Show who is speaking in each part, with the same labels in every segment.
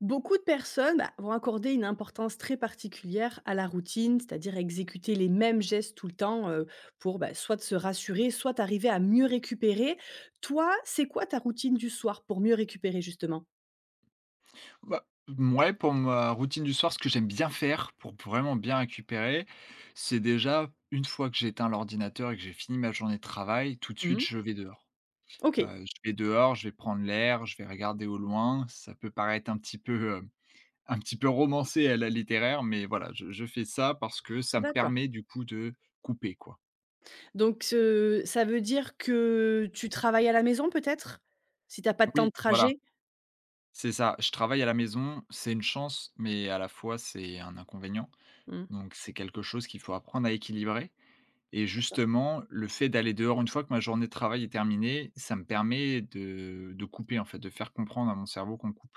Speaker 1: Beaucoup de personnes vont accorder une importance très particulière à la routine, c'est-à-dire exécuter les mêmes gestes tout le temps pour soit de se rassurer, soit arriver à mieux récupérer. Toi, c'est quoi ta routine du soir pour mieux récupérer justement?
Speaker 2: Bah, mouais, pour ma routine du soir, ce que j'aime bien faire pour vraiment bien récupérer, c'est déjà une fois que j'ai éteint l'ordinateur et que j'ai fini ma journée de travail, tout de suite,
Speaker 1: Mmh.
Speaker 2: je vais dehors.
Speaker 1: Ok,
Speaker 2: Je vais dehors, je vais prendre l'air, je vais regarder au loin. Ça peut paraître un petit peu romancé à la littéraire, mais voilà, je fais ça parce que ça me
Speaker 1: d'accord.
Speaker 2: permet du coup de couper, quoi.
Speaker 1: Ça veut dire que tu travailles à la maison peut-être? Si t'as pas de temps de
Speaker 2: Oui, voilà,
Speaker 1: trajet.
Speaker 2: c'est ça. Je travaille à la maison, c'est une chance, mais à la fois, c'est un inconvénient.
Speaker 1: Hmm.
Speaker 2: Donc c'est quelque chose qu'il faut apprendre à équilibrer. Et justement, le fait d'aller dehors, une fois que ma journée de travail est terminée, ça me permet de couper, en fait, de faire comprendre à mon cerveau qu'on coupe.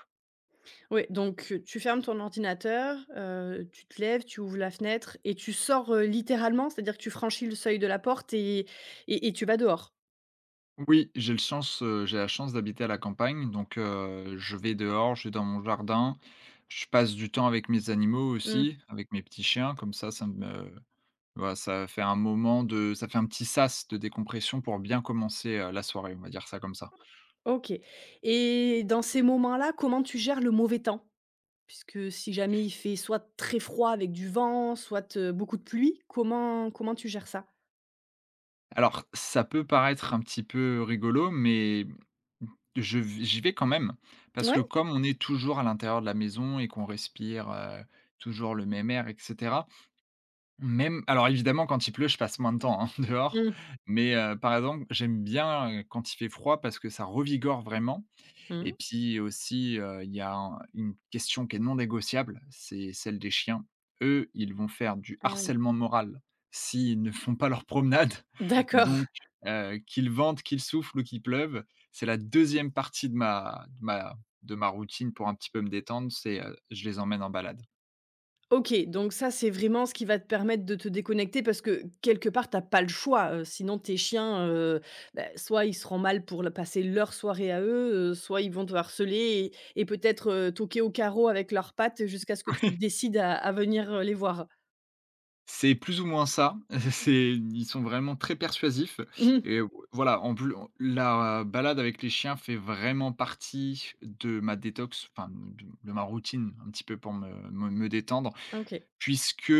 Speaker 1: Oui, donc tu fermes ton ordinateur, tu te lèves, tu ouvres la fenêtre et tu sors, littéralement? C'est-à-dire que tu franchis le seuil de la porte et et tu vas dehors?
Speaker 2: Oui, j'ai la chance d'habiter à la campagne, donc je vais dehors, je vais dans mon jardin, je passe du temps avec mes animaux
Speaker 1: Mmh.
Speaker 2: aussi, avec mes petits chiens, comme ça me voilà, ça fait un petit sas de décompression pour bien commencer, la soirée, on va dire ça comme ça.
Speaker 1: OK, et dans ces moments-là, comment tu gères le mauvais temps? Puisque si jamais il fait soit très froid avec du vent, soit, beaucoup de pluie, comment tu gères ça?
Speaker 2: Alors, ça peut paraître un petit peu rigolo, mais je v j'y vais quand même parce
Speaker 1: Ouais?
Speaker 2: que comme on est toujours à l'intérieur de la maison et qu'on respire, toujours le même air et cetera, même alors évidemment quand il pleut, je passe moins de temps, hein, dehors,
Speaker 1: Mmh.
Speaker 2: mais par exemple, j'aime bien, quand il fait froid parce que ça revigore vraiment
Speaker 1: Mmh.
Speaker 2: et puis aussi, il y a un une question qui est non négociable, c'est celle des chiens. Eux, ils vont faire du
Speaker 1: Ah oui.
Speaker 2: harcèlement moral s'ils ne font pas leur promenade.
Speaker 1: D'accord.
Speaker 2: Donc qu'il vente, qu'il souffle ou qu'il pleuve, c'est la deuxième partie de ma routine pour un petit peu me détendre, c'est, je les emmène en balade.
Speaker 1: OK, donc ça, c'est vraiment ce qui va te permettre de te déconnecter parce que quelque part, t'as pas le choix, sinon tes chiens, bah, soit ils seront mal pour la passer leur soirée à eux, soit ils vont te harceler et peut-être, toquer au carreau avec leurs pattes jusqu'à ce que tu décides à venir, les voir.
Speaker 2: C'est plus ou moins ça. C'est Ils sont vraiment très persuasifs
Speaker 1: Mmh.
Speaker 2: et voilà, en plus la balade avec les chiens fait vraiment partie de ma détox, enfin de ma routine un petit peu pour me détendre
Speaker 1: OK.
Speaker 2: puisque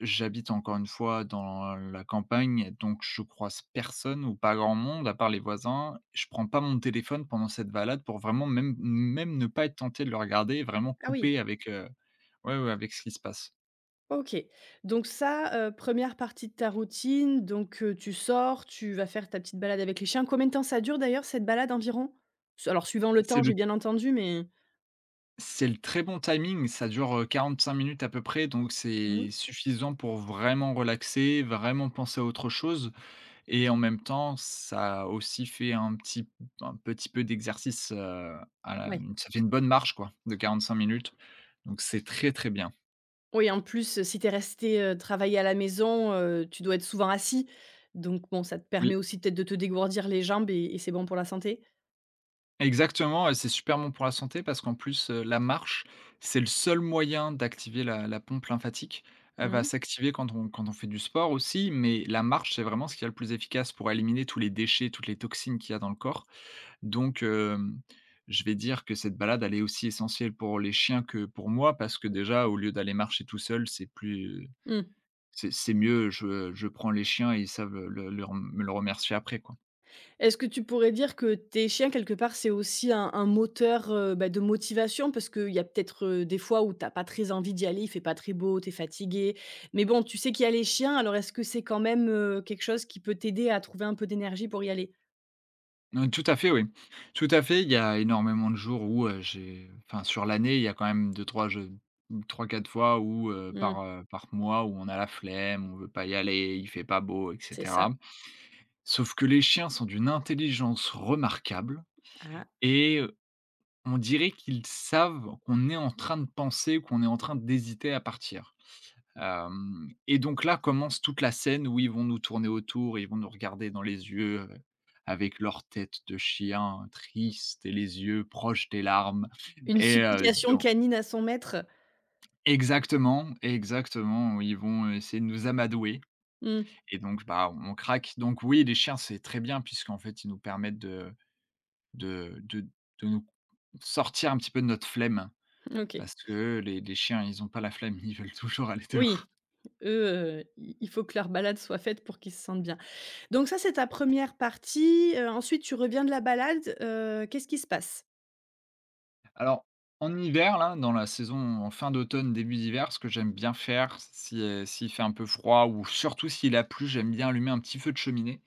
Speaker 2: j'habite encore une fois dans la campagne, donc je croise personne ou pas grand monde à part les voisins. Je prends pas mon téléphone pendant cette balade pour vraiment même ne pas être tenté de le regarder vraiment
Speaker 1: Ah oui.
Speaker 2: couper avec, ouais, ouais, avec ce qui se passe.
Speaker 1: OK. Donc ça, 1 partie de ta routine, donc tu sors, tu vas faire ta petite balade avec les chiens. Combien de temps ça dure d'ailleurs cette balade environ? Alors suivant le
Speaker 2: C'est
Speaker 1: temps,
Speaker 2: le
Speaker 1: j'ai bien entendu, mais?
Speaker 2: C'est le très bon timing, ça dure, 45 minutes à peu près, donc c'est
Speaker 1: Mmh.
Speaker 2: suffisant pour vraiment relaxer, vraiment penser à autre chose et en même temps, ça aussi fait un petit peu d'exercice, à la
Speaker 1: Ouais.
Speaker 2: ça fait une bonne marche quoi, de 45 minutes, donc c'est très, très bien.
Speaker 1: Oui, en plus, si t'es resté, travailler à la maison, tu dois être souvent assis. Donc bon, ça te permet
Speaker 2: Oui.
Speaker 1: aussi peut-être de te dégourdir les jambes et c'est bon pour la santé?
Speaker 2: Exactement et c'est super bon pour la santé parce qu'en plus, la marche, c'est le seul moyen d'activer la pompe lymphatique. Elle
Speaker 1: Mmh
Speaker 2: va
Speaker 1: mh.
Speaker 2: s'activer quand on fait du sport aussi, mais la marche, c'est vraiment ce qu'il y a le plus efficace pour éliminer tous les déchets, toutes les toxines qu'il y a dans le corps. Donc, je vais dire que cette balade, elle est aussi essentielle pour les chiens que pour moi parce que
Speaker 1: Pour
Speaker 2: déjà,
Speaker 1: toi.
Speaker 2: au lieu d'aller marcher tout seul, c'est plus
Speaker 1: Mmh.
Speaker 2: c'est mieux, je prends les chiens et ils savent le leur me le remercier après, quoi.
Speaker 1: Est-ce que tu pourrais dire que tes chiens, quelque part, c'est aussi un moteur, bah, de motivation? Parce qu'il y a peut-être, des fois où t'as pas très envie d'y aller, il fait pas très beau, t'es fatigué. Mais bon, tu sais qu'il y a les chiens, alors est-ce que c'est quand même, quelque chose qui peut t'aider à trouver un peu d'énergie pour y aller?
Speaker 2: Mmh, tout à fait, oui. Tout à fait, il y a énormément de jours où, j'ai enfin sur l'année, il y a quand même deux, trois, jeux 3-4 fois où,
Speaker 1: Mmh,
Speaker 2: par, par mois où on a la flemme, on veut pas y aller, il fait pas beau et
Speaker 1: c'est ça.
Speaker 2: cetera. Sauf que les chiens sont d'une intelligence remarquable
Speaker 1: Ah.
Speaker 2: et on dirait qu'ils savent qu'on est en train de penser, qu'on est en train d'hésiter à partir. Hem et donc là commence toute la scène où ils vont nous tourner autour, ils vont nous regarder dans les yeux, avec leur tête de chien triste et les yeux proches des larmes
Speaker 1: Une
Speaker 2: et
Speaker 1: supplication
Speaker 2: donc
Speaker 1: canine à son maître?
Speaker 2: exactement, exactement, ils vont essayer de nous amadouer
Speaker 1: Mmh.
Speaker 2: et donc bah, on craque. Donc oui, les chiens, c'est très bien puisqu'en fait, ils nous permettent de de de nous sortir un petit peu de notre flemme
Speaker 1: OK.
Speaker 2: parce que les chiens, ils ont pas la flemme, ils veulent toujours aller
Speaker 1: Oui,
Speaker 2: dehors.
Speaker 1: eux, i il faut que leur balade soit faite pour qu'ils se sentent bien. Donc ça, c'est ta première partie, ensuite tu reviens de la balade, qu'est-ce qui se passe?
Speaker 2: Alors, en hiver, là, dans la saison en fin d'automne, début d'hiver, ce que j'aime bien faire, si, s'il fait un peu froid ou surtout s'il a plu, j'aime bien allumer un petit feu de cheminée,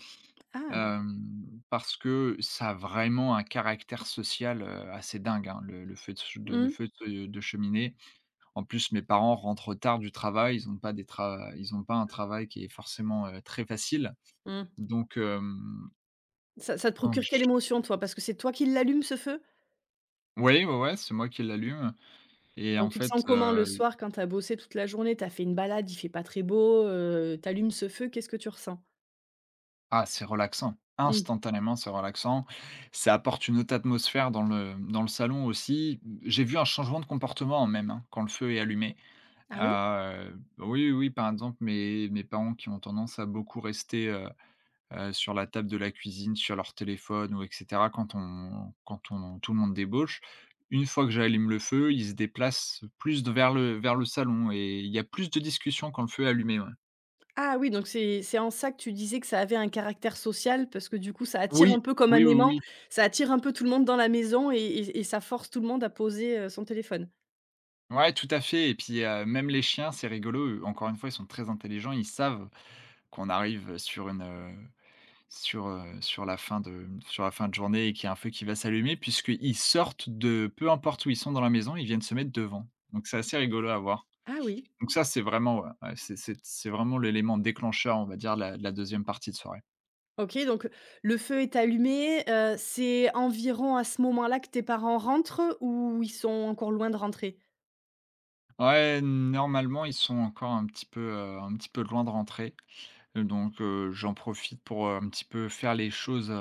Speaker 1: Ah!
Speaker 2: parce que ça a vraiment un caractère social, assez dingue, hein, le feu de ch de le
Speaker 1: Mmh,
Speaker 2: feu de cheminée. En plus, mes parents rentrent tard du travail, ils ont pas un travail qui est forcément, très facile.
Speaker 1: mmh.
Speaker 2: Donc, hem,
Speaker 1: Ça ça te
Speaker 2: donc
Speaker 1: procure quelle
Speaker 2: j
Speaker 1: émotion, toi? Parce que c'est toi qui l'allume, ce feu?
Speaker 2: oui, ouais, ouais, c'est moi qui l'allume et en
Speaker 1: Donc tu te
Speaker 2: fait.
Speaker 1: sens comment le soir quand t'as bossé toute la journée? T'as fait une balade, il fait pas très beau, tu ce feu, qu'est-ce que tu ressens?
Speaker 2: Ah, c'est relaxant.
Speaker 1: Mmh.
Speaker 2: Instantanément, c'est relaxant. Ça apporte une autre atmosphère dans le salon aussi. J'ai vu un changement de comportement même, hein, quand le feu est allumé.
Speaker 1: Ah oui?
Speaker 2: Oui, oui, par exemple, mes parents qui ont tendance à beaucoup rester, sur la table de la cuisine, sur leur téléphone ou et cetera quand on quand on tout le monde débauche. Une fois que j'allume le feu, ils se déplacent plus de vers le salon et il y a plus de discussions quand le feu est allumé, ouais.
Speaker 1: Ah oui, donc c'est en ça que tu disais que ça avait un caractère social parce que du coup ça attire un
Speaker 2: Oui,
Speaker 1: peu comme
Speaker 2: oui,
Speaker 1: un
Speaker 2: oui,
Speaker 1: aimant,
Speaker 2: oui.
Speaker 1: ça attire un peu tout le monde dans la maison et et ça force tout le monde à poser, son téléphone.
Speaker 2: Ouais, tout à fait et puis, même les chiens, c'est rigolo, eux, encore une fois, ils sont très intelligents, ils savent qu'on arrive, sur la fin de journée et qu'il y a un feu qui va s'allumer puisqu'ils sortent de peu importe où ils sont dans la maison, ils viennent se mettre devant. Donc c'est assez rigolo à voir.
Speaker 1: Ah oui,
Speaker 2: Donc ça, c'est vraiment, ouais, ouais, c'est vraiment l'élément déclencheur, on va dire, de la 2e partie de soirée.
Speaker 1: OK, donc le feu est allumé, c'est environ à ce moment-là que tes parents rentrent ou ils sont encore loin de rentrer?
Speaker 2: Ouais, normalement, ils sont encore un petit peu loin de rentrer, donc j'en profite pour, un petit peu faire les choses,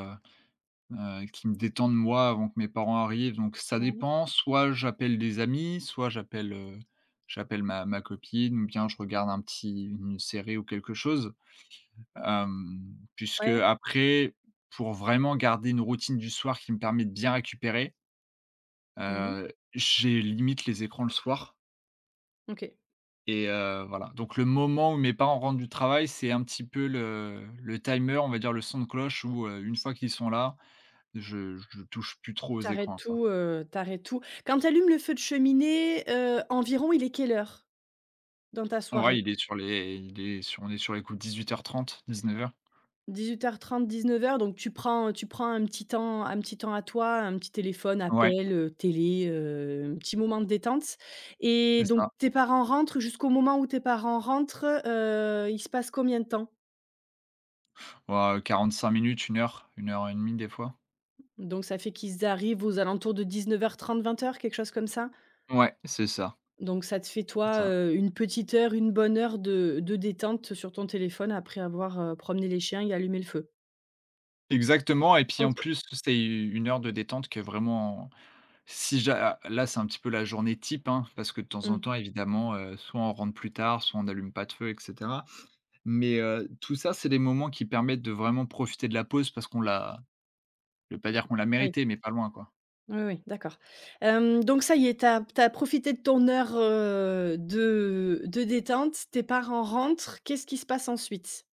Speaker 2: Qui me détendent moi avant que mes parents arrivent, donc ça
Speaker 1: Ouais.
Speaker 2: dépend, soit j'appelle des amis, soit j'appelle ma copine ou bien je regarde un petit une série ou quelque chose. Euh, Puisque
Speaker 1: Ouais.
Speaker 2: après, pour vraiment garder une routine du soir qui me permet de bien récupérer,
Speaker 1: Mmh.
Speaker 2: j'ai limite les écrans le soir
Speaker 1: OK.
Speaker 2: et voilà, donc le moment où mes parents rentrent du travail, c'est un petit peu le timer, on va dire le son de cloche où, une fois qu'ils sont là, je touche plus trop aux
Speaker 1: T'arrêtes
Speaker 2: écrans.
Speaker 1: tout, tu tout. Quand tu allumes le feu de cheminée, environ il est quelle heure dans ta
Speaker 2: Ouais,
Speaker 1: soirée?
Speaker 2: il est sur les il est sur on est sur les coups de 18 19 h 30, 19 h.
Speaker 1: 18:30-19:00, donc tu prends un petit temps à toi, un petit téléphone,
Speaker 2: Ouais,
Speaker 1: appel, télé, un petit moment de détente,
Speaker 2: c'est
Speaker 1: et donc
Speaker 2: ça.
Speaker 1: tes parents rentrent, jusqu'au moment où tes parents rentrent, il se passe combien de temps?
Speaker 2: Ouais, quarante-cinq minutes, une heure et demie des fois.
Speaker 1: Donc ça fait qu'ils arrivent aux alentours de 19:30-20:00, quelque chose comme ça?
Speaker 2: Ouais, c'est ça,
Speaker 1: Donc ça te fait
Speaker 2: c'est
Speaker 1: toi,
Speaker 2: ça.
Speaker 1: une petite heure, une bonne heure de détente sur ton téléphone après avoir, promené les chiens et allumé le feu.
Speaker 2: Exactement et puis en
Speaker 1: OK.
Speaker 2: plus, c'est une heure de détente qui est vraiment si ja ah, là, c'est un petit peu la journée type, hein, parce que de temps en
Speaker 1: Mmh.
Speaker 2: temps évidemment, soit on rentre plus tard, soit on n'allume pas de feu et cetera. Mais, tout ça, c'est des moments qui permettent de vraiment profiter de la pause parce qu'on l'a je vais pas dire qu'on l'a méritée, mais pas loin, quoi.
Speaker 1: Oui, oui, d'accord. Hem, donc ça y est, t'as as profité de ton heure, de détente, tes parents rentrent, qu'est-ce qui se passe ensuite?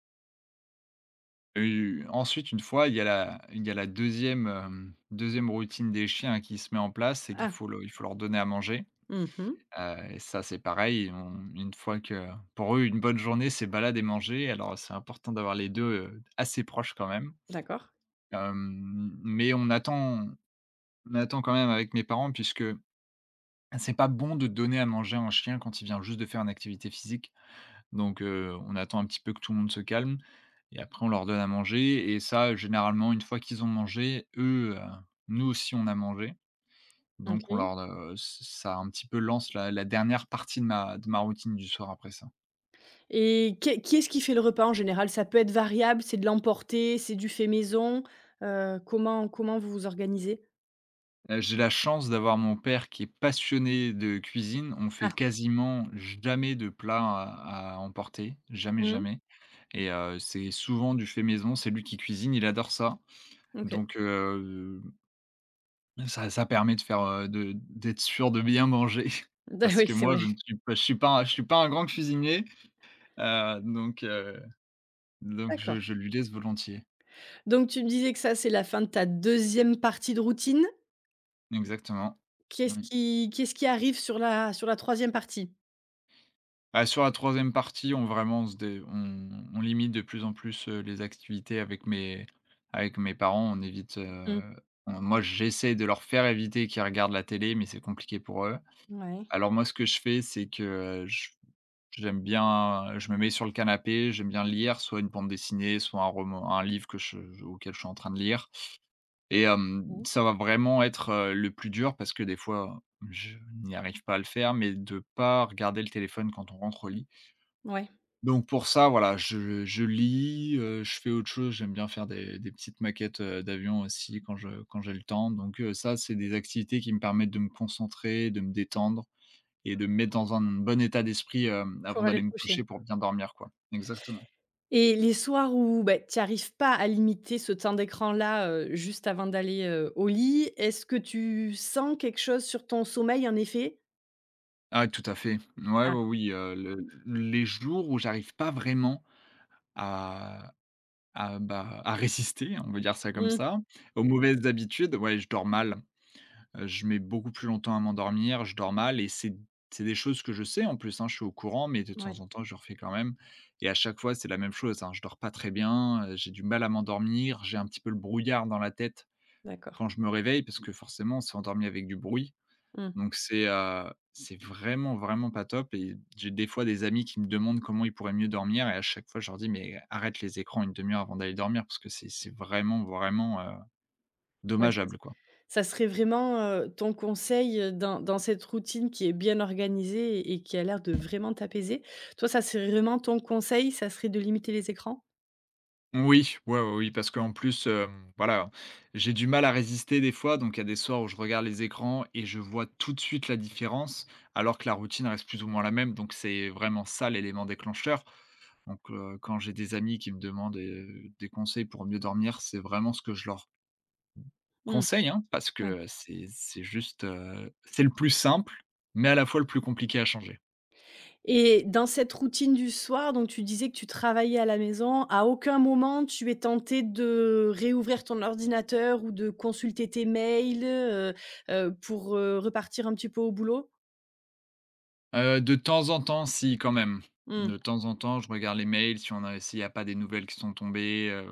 Speaker 2: Ensuite, une fois, il y a la deuxième routine des chiens qui se met en place, c'est qu'il
Speaker 1: Ah,
Speaker 2: faut le il faut leur donner à manger.
Speaker 1: mmh,
Speaker 2: Et ça, c'est pareil, on une fois que pour eux, une bonne journée, c'est balade et manger. Alors, c'est important d'avoir les 2 assez proches quand même.
Speaker 1: d'accord.
Speaker 2: Mais on attend quand même avec mes parents puisque c'est pas bon de donner à manger à un chien quand il vient juste de faire une activité physique. Donc on attend un petit peu que tout le monde se calme et après on leur donne à manger et ça, généralement, une fois qu'ils ont mangé, eux, nous aussi on a mangé. Donc
Speaker 1: OK,
Speaker 2: ça un petit peu lance la dernière partie de ma routine du soir après ça.
Speaker 1: et qu'est qui est-ce qui fait le repas en général? Ça peut être variable, c'est de l'emporter, c'est du fait maison, comment vous vous organisez?
Speaker 2: J'ai la chance d'avoir mon père qui est passionné de cuisine. On fait
Speaker 1: Ah,
Speaker 2: quasiment jamais de plats à emporter, jamais,
Speaker 1: mmh,
Speaker 2: jamais et c'est souvent du fait maison. C'est lui qui cuisine, il adore ça.
Speaker 1: OK.
Speaker 2: Donc. Ça permet de faire, de d'être sûr de bien manger parce
Speaker 1: Oui,
Speaker 2: que
Speaker 1: c'est
Speaker 2: moi,
Speaker 1: vrai,
Speaker 2: je suis pas un grand cuisinier, heu, donc heu, donc
Speaker 1: d'accord.
Speaker 2: je lui laisse volontiers.
Speaker 1: Donc tu me disais que ça, c'est la fin de ta deuxième partie de routine.
Speaker 2: Exactement. Oui.
Speaker 1: Qu'est-ce qui arrive sur la troisième partie?
Speaker 2: Bah, sur la troisième partie, on vraiment on se dé on limite de plus en plus, les activités avec mes parents. On évite,
Speaker 1: Mmh,
Speaker 2: on moi, j'essaie de leur faire éviter qu'ils regardent la télé, mais c'est compliqué pour eux.
Speaker 1: ouais.
Speaker 2: Alors moi, ce que je fais, c'est que, je J'aime bien je me mets sur le canapé, j'aime bien lire soit une bande dessinée, soit un livre que je auquel je suis en train de lire et
Speaker 1: Mmh.
Speaker 2: ça va vraiment être, le plus dur parce que des fois, je n'y arrive pas à le faire, mais de pas regarder le téléphone quand on rentre au lit.
Speaker 1: Ouais,
Speaker 2: Donc pour ça, voilà, je lis, je fais autre chose, j'aime bien faire des petites maquettes, d'avions aussi quand j'ai le temps. Donc ça, c'est des activités qui me permettent de me concentrer, de me détendre et de me mettre dans un bon état d'esprit,
Speaker 1: pour
Speaker 2: avant
Speaker 1: aller
Speaker 2: d'aller
Speaker 1: te
Speaker 2: me coucher
Speaker 1: coucher.
Speaker 2: pour bien dormir, quoi. Exactement.
Speaker 1: Et les soirs où, bah, tu y arrives pas à limiter ce temps d'écran-là, juste avant d'aller, au lit, est-ce que tu sens quelque chose sur ton sommeil, en effet?
Speaker 2: Ah tout à fait. Ouais,
Speaker 1: Ah,
Speaker 2: oui, oui, le les jours où j'arrive pas vraiment à bah, à résister, on va dire ça comme
Speaker 1: mmh,
Speaker 2: ça, aux mauvaises habitudes, ouais, je dors mal. Je mets beaucoup plus longtemps à m'endormir, je dors mal et c'est des choses que je sais en plus, hein, je suis au courant, mais de temps
Speaker 1: ouais,
Speaker 2: en temps, je refais quand même et à chaque fois, c'est la même chose, hein. Je dors pas très bien, j'ai du mal à m'endormir, j'ai un petit peu le brouillard dans la tête.
Speaker 1: d'accord.
Speaker 2: Quand je me réveille parce que forcément on s'est endormi avec du bruit,
Speaker 1: Mmh,
Speaker 2: donc c'est vraiment, vraiment pas top et j'ai des fois des amis qui me demandent comment ils pourraient mieux dormir et à chaque fois je leur dis: «Mais arrête les écrans une demi heure avant d'aller dormir parce que c'est vraiment, vraiment,
Speaker 1: ouais, ça
Speaker 2: dommageable, quoi».
Speaker 1: serait vraiment, ton conseil, dans cette routine qui est bien organisée et qui a l'air de vraiment t'apaiser. Toi, ça serait vraiment ton conseil, ça serait de limiter les écrans?
Speaker 2: Oui, ouais, ouais, oui, parce qu'en plus, voilà, j'ai du mal à résister des fois, donc il y a des soirs où je regarde les écrans et je vois tout de suite la différence, alors que la routine reste plus ou moins la même, donc c'est vraiment ça l'élément déclencheur. Donc, quand j'ai des amis qui me demandent, des conseils pour mieux dormir, c'est vraiment ce que je leur
Speaker 1: Mmh,
Speaker 2: conseille, hein, parce
Speaker 1: ouais.
Speaker 2: que c'est juste, c'est le plus simple, mais à la fois le plus compliqué à changer.
Speaker 1: Et dans cette routine du soir, donc tu disais que tu travaillais à la maison, à aucun moment tu es tenté de réouvrir ton ordinateur ou de consulter tes mails, pour, repartir un petit peu au boulot?
Speaker 2: De temps en temps, si quand même.
Speaker 1: Mmh.
Speaker 2: De temps en temps, je regarde les mails si on a s'il n'y a pas des nouvelles qui sont tombées,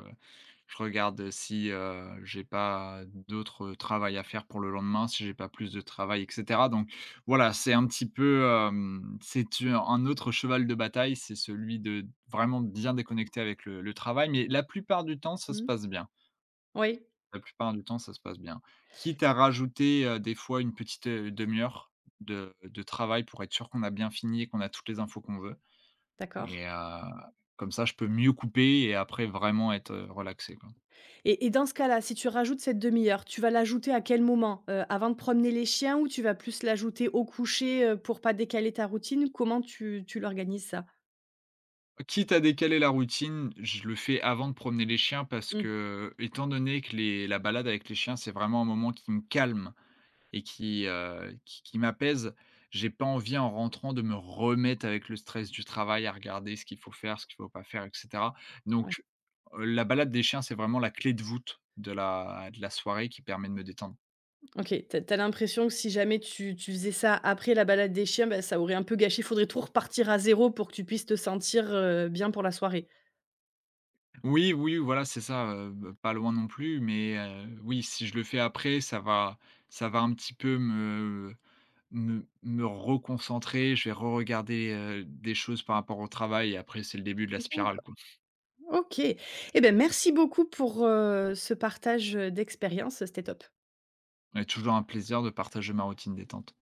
Speaker 2: je regarde si, j'ai pas d'autres, travail à faire pour le lendemain, si j'ai pas plus de travail et cetera, donc voilà, c'est un petit peu, c'est u un autre cheval de bataille, c'est celui de vraiment bien déconnecter avec le travail, mais la plupart du temps, ça se
Speaker 1: Mmh.
Speaker 2: passe bien.
Speaker 1: Oui,
Speaker 2: La plupart du temps, ça se passe bien. Quitte à rajouter, des fois une petite, 1 heure de travail pour être sûr qu'on a bien fini et qu'on a toutes les infos qu'on veut
Speaker 1: d'accord.
Speaker 2: et comme ça, je peux mieux couper et après vraiment être, relaxé, quoi.
Speaker 1: Et dans ce cas-là, si tu rajoutes cette demi heure, tu vas l'ajouter à quel moment? Avant de promener les chiens ou tu vas plus l'ajouter au coucher, pour pas décaler ta routine? Comment tu l'organises ça?
Speaker 2: Quitte à décaler la routine, je le fais avant de promener les chiens parce
Speaker 1: Mmh.
Speaker 2: que, étant donné que les la balade avec les chiens, c'est vraiment un moment qui me calme et qui, qui m'apaise, j'ai pas envie en rentrant de me remettre avec le stress du travail à regarder ce qu'il faut faire, ce qu'il faut pas faire, et cetera.
Speaker 1: Ouais.
Speaker 2: Donc la balade des chiens, c'est vraiment la clé de voûte de la soirée qui permet de me détendre.
Speaker 1: OK, t'as as l'impression que si jamais tu faisais ça après la balade des chiens, bah, ça aurait un peu gâché, faudrait tout repartir à zéro pour que tu puisses te sentir, bien pour la soirée?
Speaker 2: Oui, oui, voilà, c'est ça, b pas loin non plus, mais oui, si je le fais après, ça va un petit peu me me reconcentrer. Je vais reregarder, des choses par rapport au travail et après, c'est le début de la spirale,
Speaker 1: D'accord.
Speaker 2: quoi.
Speaker 1: OK. Eh ben merci beaucoup pour, ce partage, d'expérience, c'était top.
Speaker 2: Mais toujours un plaisir de partager ma routine détente.